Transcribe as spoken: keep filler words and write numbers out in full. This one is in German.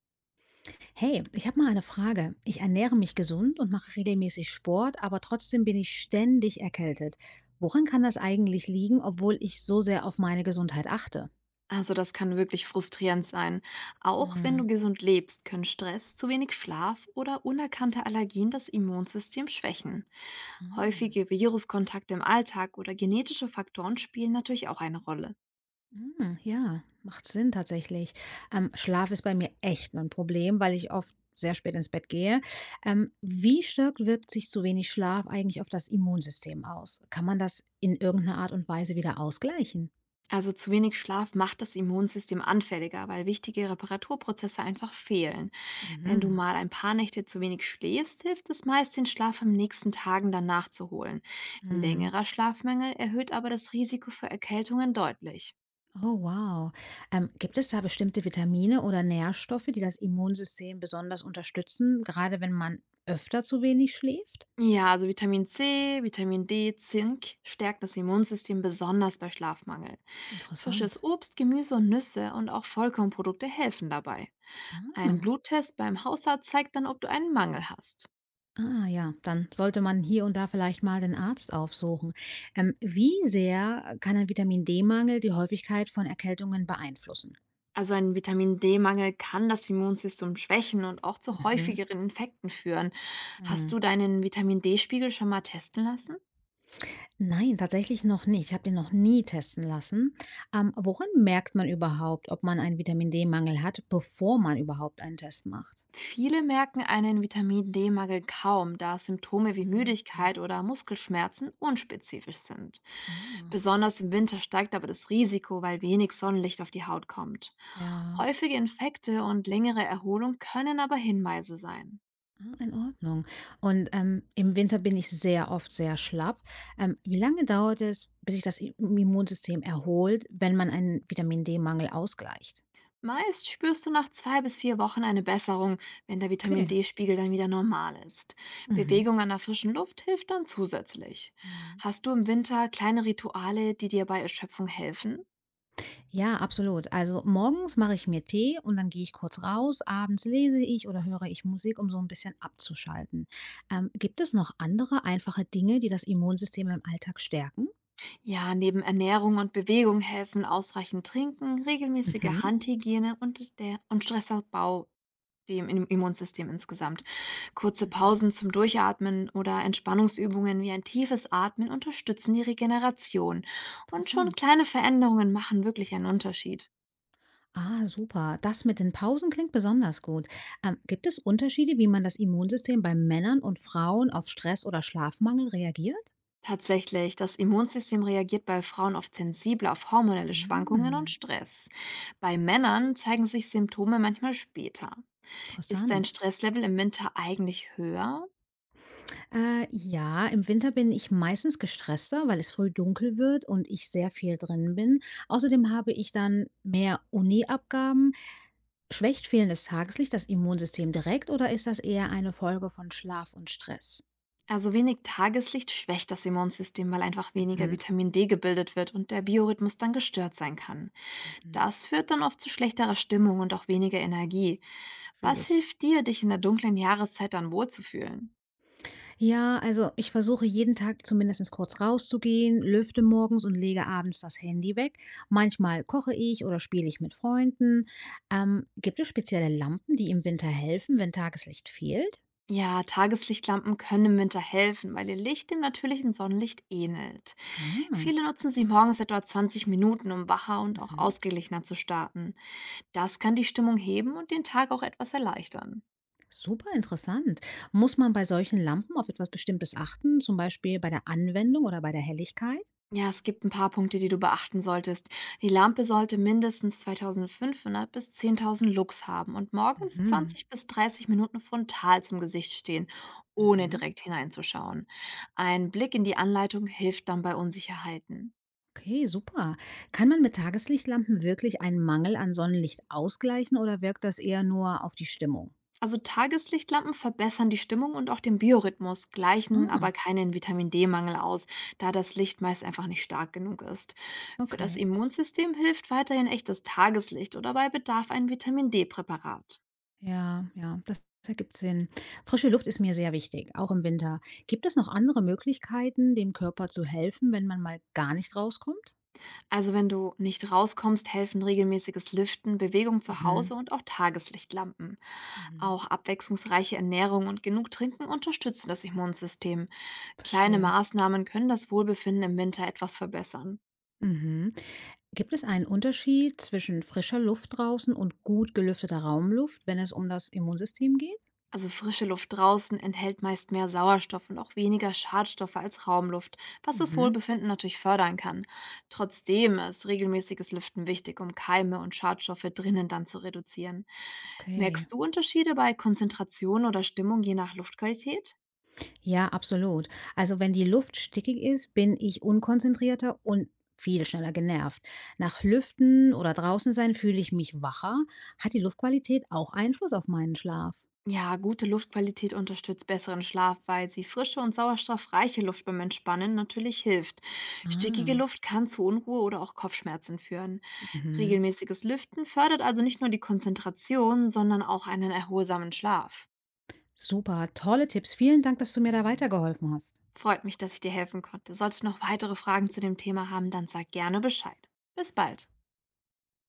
Hey, ich habe mal eine Frage. Ich ernähre mich gesund und mache regelmäßig Sport, aber trotzdem bin ich ständig erkältet. Woran kann das eigentlich liegen, obwohl ich so sehr auf meine Gesundheit achte? Also das kann wirklich frustrierend sein. Auch wenn du Hm. gesund lebst, können Stress, zu wenig Schlaf oder unerkannte Allergien das Immunsystem schwächen. Ah, Häufige Viruskontakte im Alltag oder genetische Faktoren spielen natürlich auch eine Rolle. hm, ja, macht Sinn tatsächlich. Ähm, Schlaf ist bei mir echt ein Problem, weil ich oft sehr spät ins Bett gehe. Ähm, wie stark wirkt sich zu wenig Schlaf eigentlich auf das Immunsystem aus? Kann man das in irgendeiner Art und Weise wieder ausgleichen? Also zu wenig Schlaf macht das Immunsystem anfälliger, weil wichtige Reparaturprozesse einfach fehlen. Wenn du Mhm. mal ein paar Nächte zu wenig schläfst, hilft es meist, den Schlaf am nächsten Tagen danach zu holen. Hm. Längerer Schlafmangel erhöht aber das Risiko für Erkältungen deutlich. Oh, wow. Ähm, gibt es da bestimmte Vitamine oder Nährstoffe, die das Immunsystem besonders unterstützen, gerade wenn man öfter zu wenig schläft? Ja, also Vitamin C, Vitamin D, Zink stärkt das Immunsystem besonders bei Schlafmangel. Frisches Interessant. Obst, Gemüse und Nüsse und auch Vollkornprodukte helfen dabei. Ein Ah, Bluttest beim Hausarzt zeigt dann, ob du einen Mangel hast. ah ja, dann sollte man hier und da vielleicht mal den Arzt aufsuchen. Ähm, wie sehr kann ein Vitamin D-Mangel die Häufigkeit von Erkältungen beeinflussen? Also ein Vitamin D-Mangel kann das Immunsystem schwächen und auch zu Mhm. häufigeren Infekten führen. Hast Mhm. du deinen Vitamin D-Spiegel schon mal testen lassen? Nein, tatsächlich noch nicht. Ich habe den noch nie testen lassen. Ähm, woran merkt man überhaupt, ob man einen Vitamin D-Mangel hat, bevor man überhaupt einen Test macht? Viele merken einen Vitamin-D-Mangel kaum, da Symptome wie Mhm. Müdigkeit oder Muskelschmerzen unspezifisch sind. Ah, Besonders im Winter steigt aber das Risiko, weil wenig Sonnenlicht auf die Haut kommt. ja, Häufige Infekte und längere Erholung können aber Hinweise sein. ah, in Ordnung. Und, ähm, im Winter bin ich sehr oft sehr schlapp. Ähm, wie lange dauert es, bis sich das I Immunsystem erholt, wenn man einen Vitamin-D-Mangel ausgleicht? Meist spürst du nach zwei bis vier Wochen eine Besserung, wenn der Okay. Vitamin-D-Spiegel dann wieder normal ist. Mhm. Bewegung an der frischen Luft hilft dann zusätzlich. Mhm. Hast du im Winter kleine Rituale, die dir bei Erschöpfung helfen? Ja, absolut. Also, morgens mache ich mir Tee und dann gehe ich kurz raus, abends lese ich oder höre ich Musik, um so ein bisschen abzuschalten. Ähm, gibt es noch andere einfache Dinge, die das Immunsystem im Alltag stärken? Ja, neben Ernährung und Bewegung helfen ausreichend Trinken, regelmäßige Mhm, Handhygiene und, der, und Stressabbau dem im Immunsystem insgesamt. Kurze mhm, Pausen zum Durchatmen oder Entspannungsübungen wie ein tiefes Atmen unterstützen die Regeneration. Und schon interessant. kleine Veränderungen machen wirklich einen Unterschied. Ah, super. Das mit den Pausen klingt besonders gut. Ähm, gibt es Unterschiede, wie man das Immunsystem bei Männern und Frauen auf Stress oder Schlafmangel reagiert? Tatsächlich, das Immunsystem reagiert bei Frauen oft sensibler auf hormonelle Schwankungen und Mm, Stress. Bei Männern zeigen sich Symptome manchmal später. Ist dein interessant. Stresslevel im Winter eigentlich höher? Äh, ja, im Winter bin ich meistens gestresster, weil es früh dunkel wird und ich sehr viel drin bin. Außerdem habe ich dann mehr Uni-Abgaben. Schwächt fehlendes Tageslicht das Immunsystem direkt oder ist das eher eine Folge von Schlaf und Stress? Also wenig Tageslicht schwächt das Immunsystem, weil einfach weniger Mhm. Vitamin D gebildet wird und der Biorhythmus dann gestört sein kann. Mhm. Das führt dann oft zu schlechterer Stimmung und auch weniger Energie. Fühle Was ich. hilft dir, dich in der dunklen Jahreszeit dann wohlzufühlen? Ja, also ich versuche jeden Tag zumindest kurz rauszugehen, lüfte morgens und lege abends das Handy weg. Manchmal koche ich oder spiele ich mit Freunden. Ähm, gibt es spezielle Lampen, die im Winter helfen, wenn Tageslicht fehlt? Ja, Tageslichtlampen können im Winter helfen, weil ihr Licht dem natürlichen Sonnenlicht ähnelt. Ah, Viele nutzen sie morgens etwa zwanzig Minuten, um wacher und auch mhm. ausgeglichener zu starten. Das kann die Stimmung heben und den Tag auch etwas erleichtern. Super interessant. Muss man bei solchen Lampen auf etwas Bestimmtes achten, zum Beispiel bei der Anwendung oder bei der Helligkeit? Ja, es gibt ein paar Punkte, die du beachten solltest. Die Lampe sollte mindestens zweitausendfünfhundert bis zehntausend Lux haben und morgens Mhm. zwanzig bis dreißig Minuten frontal zum Gesicht stehen, ohne Mhm. direkt hineinzuschauen. Ein Blick in die Anleitung hilft dann bei Unsicherheiten. Okay, super. Kann man mit Tageslichtlampen wirklich einen Mangel an Sonnenlicht ausgleichen oder wirkt das eher nur auf die Stimmung? Also Tageslichtlampen verbessern die Stimmung und auch den Biorhythmus, gleichen aber Ah, keinen Vitamin-D-Mangel aus, da das Licht meist einfach nicht stark genug ist. Für das okay. Immunsystem hilft weiterhin echtes Tageslicht oder bei Bedarf ein Vitamin-D-Präparat. Ja, ja, das ergibt Sinn. Frische Luft ist mir sehr wichtig, auch im Winter. Gibt es noch andere Möglichkeiten, dem Körper zu helfen, wenn man mal gar nicht rauskommt? Also wenn du nicht rauskommst, helfen regelmäßiges Lüften, Bewegung zu Mhm, Hause und auch Tageslichtlampen. mhm, Auch abwechslungsreiche Ernährung und genug Trinken unterstützen das Immunsystem. Kleine verstehe. Maßnahmen können das Wohlbefinden im Winter etwas verbessern. Mhm. Gibt es einen Unterschied zwischen frischer Luft draußen und gut gelüfteter Raumluft, wenn es um das Immunsystem geht? Also frische Luft draußen enthält meist mehr Sauerstoff und auch weniger Schadstoffe als Raumluft, was das Mhm, Wohlbefinden natürlich fördern kann. Trotzdem ist regelmäßiges Lüften wichtig, um Keime und Schadstoffe drinnen dann zu reduzieren. okay. Merkst du Unterschiede bei Konzentration oder Stimmung je nach Luftqualität? Ja, absolut. Also wenn die Luft stickig ist, bin ich unkonzentrierter und viel schneller genervt. Nach Lüften oder draußen sein fühle ich mich wacher. Hat die Luftqualität auch Einfluss auf meinen Schlaf? Ja, gute Luftqualität unterstützt besseren Schlaf, weil sie frische und sauerstoffreiche Luft beim Entspannen natürlich hilft. Stickige Ah, Luft kann zu Unruhe oder auch Kopfschmerzen führen. mhm. Regelmäßiges Lüften fördert also nicht nur die Konzentration, sondern auch einen erholsamen Schlaf. Super. Tolle Tipps. Vielen Dank, dass du mir da weitergeholfen hast. Freut mich, dass ich dir helfen konnte. Solltest du noch weitere Fragen zu dem Thema haben, dann sag gerne Bescheid. Bis bald.